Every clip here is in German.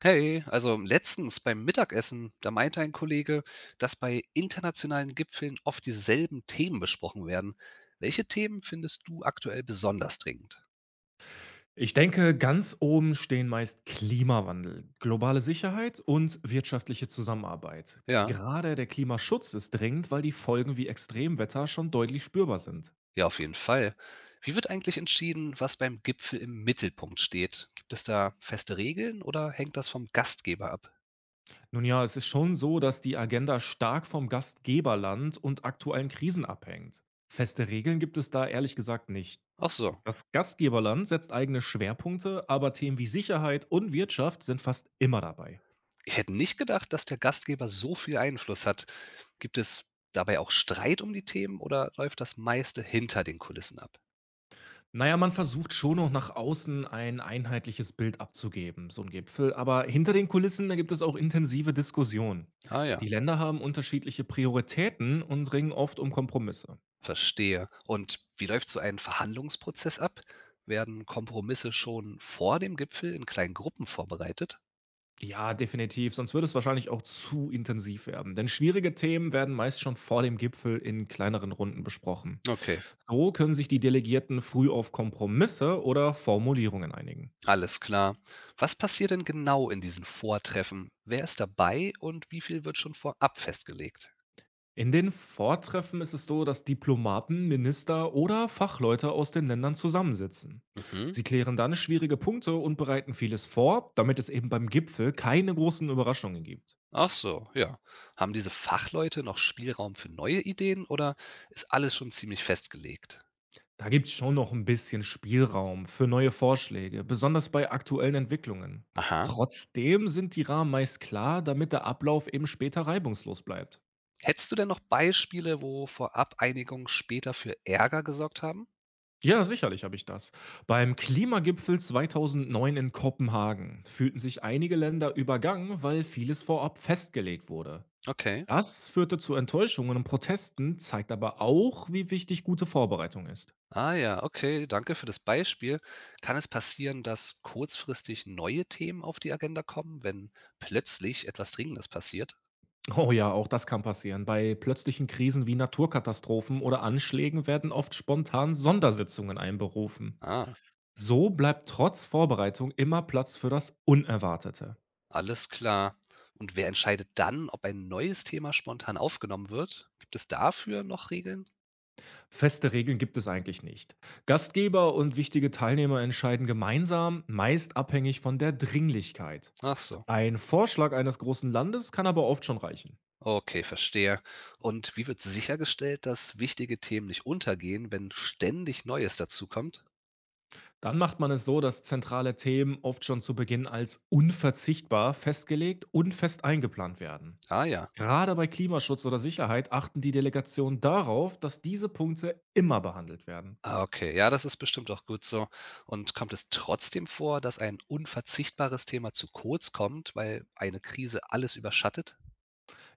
Hey, also letztens beim Mittagessen, da meinte ein Kollege, dass bei internationalen Gipfeln oft dieselben Themen besprochen werden. Welche Themen findest du aktuell besonders dringend? Ich denke, ganz oben stehen meist Klimawandel, globale Sicherheit und wirtschaftliche Zusammenarbeit. Ja, Gerade der Klimaschutz ist dringend, weil die Folgen wie Extremwetter schon deutlich spürbar sind. ja, auf jeden Fall. Wie wird eigentlich entschieden, was beim Gipfel im Mittelpunkt steht? Gibt es da feste Regeln oder hängt das vom Gastgeber ab? Nun ja, es ist schon so, dass die Agenda stark vom Gastgeberland und aktuellen Krisen abhängt. Feste Regeln gibt es da ehrlich gesagt nicht. Ach so. Das Gastgeberland setzt eigene Schwerpunkte, aber Themen wie Sicherheit und Wirtschaft sind fast immer dabei. Ich hätte nicht gedacht, dass der Gastgeber so viel Einfluss hat. Gibt es dabei auch Streit um die Themen oder läuft das meiste hinter den Kulissen ab? Na ja, man versucht schon noch nach außen ein einheitliches Bild abzugeben, so ein Gipfel. Aber hinter den Kulissen, da gibt es auch intensive Diskussionen. Ah Die ja. Länder haben unterschiedliche Prioritäten und ringen oft um Kompromisse. Verstehe. Und wie läuft so ein Verhandlungsprozess ab? Werden Kompromisse schon vor dem Gipfel in kleinen Gruppen vorbereitet? Ja, definitiv, sonst würde es wahrscheinlich auch zu intensiv werden. Denn schwierige Themen werden meist schon vor dem Gipfel in kleineren Runden besprochen. Okay, So können sich die Delegierten früh auf Kompromisse oder Formulierungen einigen. alles klar. Was passiert denn genau in diesen Vortreffen? Wer ist dabei und wie viel wird schon vorab festgelegt? In den Vortreffen ist es so, dass Diplomaten, Minister oder Fachleute aus den Ländern zusammensitzen. Mhm. Sie klären dann schwierige Punkte und bereiten vieles vor, damit es eben beim Gipfel keine großen Überraschungen gibt. Ach so, ja. Haben diese Fachleute noch Spielraum für neue Ideen oder ist alles schon ziemlich festgelegt? Da gibt es schon noch ein bisschen Spielraum für neue Vorschläge, besonders bei aktuellen Entwicklungen. Aha. Trotzdem sind die Rahmen meist klar, damit der Ablauf eben später reibungslos bleibt. Hättest du denn noch Beispiele, wo vorab Einigungen später für Ärger gesorgt haben? Ja, sicherlich habe ich das. Beim Klimagipfel 2009 in Kopenhagen fühlten sich einige Länder übergangen, weil vieles vorab festgelegt wurde. Okay. Das führte zu Enttäuschungen und Protesten, zeigt aber auch, wie wichtig gute Vorbereitung ist. Ah ja, okay, danke für das Beispiel. Kann es passieren, dass kurzfristig neue Themen auf die Agenda kommen, wenn plötzlich etwas Dringendes passiert? Oh ja, auch das kann passieren. Bei plötzlichen Krisen wie Naturkatastrophen oder Anschlägen werden oft spontan Sondersitzungen einberufen. Ah, So bleibt trotz Vorbereitung immer Platz für das Unerwartete. alles klar. Und wer entscheidet dann, ob ein neues Thema spontan aufgenommen wird? Gibt es dafür noch Regeln? Feste Regeln gibt es eigentlich nicht. Gastgeber und wichtige Teilnehmer entscheiden gemeinsam, meist abhängig von der Dringlichkeit. Ach so. Ein Vorschlag eines großen Landes kann aber oft schon reichen. Okay, verstehe. Und wie wird sichergestellt, dass wichtige Themen nicht untergehen, wenn ständig Neues dazukommt? Dann macht man es so, dass zentrale Themen oft schon zu Beginn als unverzichtbar festgelegt und fest eingeplant werden. Ah ja. Gerade bei Klimaschutz oder Sicherheit achten die Delegationen darauf, dass diese Punkte immer behandelt werden. Ah, okay. Ja, das ist bestimmt auch gut so. Und kommt es trotzdem vor, dass ein unverzichtbares Thema zu kurz kommt, weil eine Krise alles überschattet?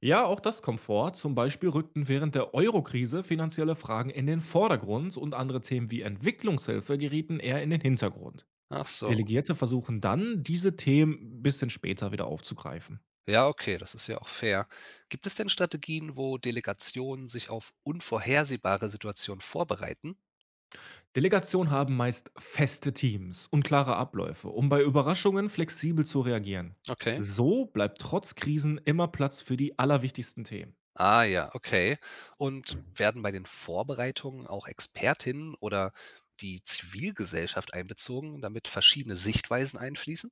Ja, auch das kommt vor. Zum Beispiel rückten während der Euro-Krise finanzielle Fragen in den Vordergrund und andere Themen wie Entwicklungshilfe gerieten eher in den Hintergrund. Ach so. Delegierte versuchen dann, diese Themen ein bisschen später wieder aufzugreifen. Ja, okay, das ist ja auch fair. Gibt es denn Strategien, wo Delegationen sich auf unvorhersehbare Situationen vorbereiten? Delegationen haben meist feste Teams und klare Abläufe, um bei Überraschungen flexibel zu reagieren. Okay. So bleibt trotz Krisen immer Platz für die allerwichtigsten Themen. Ah ja, okay. Und werden bei den Vorbereitungen auch Expertinnen oder die Zivilgesellschaft einbezogen, damit verschiedene Sichtweisen einfließen?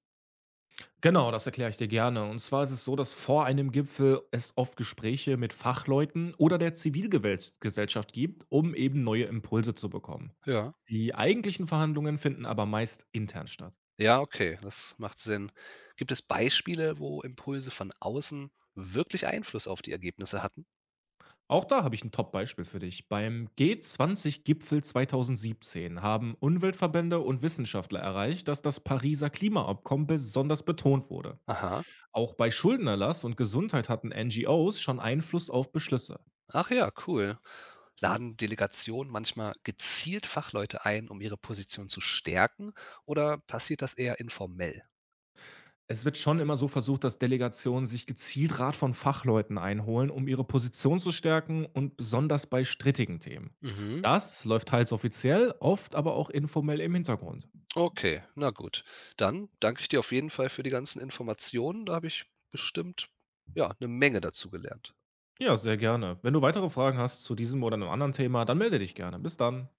Genau, das erkläre ich dir gerne. Und zwar ist es so, dass vor einem Gipfel es oft Gespräche mit Fachleuten oder der Zivilgesellschaft gibt, um eben neue Impulse zu bekommen. Ja. Die eigentlichen Verhandlungen finden aber meist intern statt. Ja, okay, das macht Sinn. Gibt es Beispiele, wo Impulse von außen wirklich Einfluss auf die Ergebnisse hatten? Auch da habe ich ein Top-Beispiel für dich. Beim G20-Gipfel 2017 haben Umweltverbände und Wissenschaftler erreicht, dass das Pariser Klimaabkommen besonders betont wurde. Aha. Auch bei Schuldenerlass und Gesundheit hatten NGOs schon Einfluss auf Beschlüsse. Ach ja, cool. Laden Delegationen manchmal gezielt Fachleute ein, um ihre Position zu stärken, oder passiert das eher informell? Es wird schon immer so versucht, dass Delegationen sich gezielt Rat von Fachleuten einholen, um ihre Position zu stärken und besonders bei strittigen Themen. Mhm. Das läuft teils offiziell, oft aber auch informell im Hintergrund. Okay, na gut. Dann danke ich dir auf jeden Fall für die ganzen Informationen. Da habe ich bestimmt ja, eine Menge dazu gelernt. Ja, sehr gerne. Wenn du weitere Fragen hast zu diesem oder einem anderen Thema, dann melde dich gerne. Bis dann.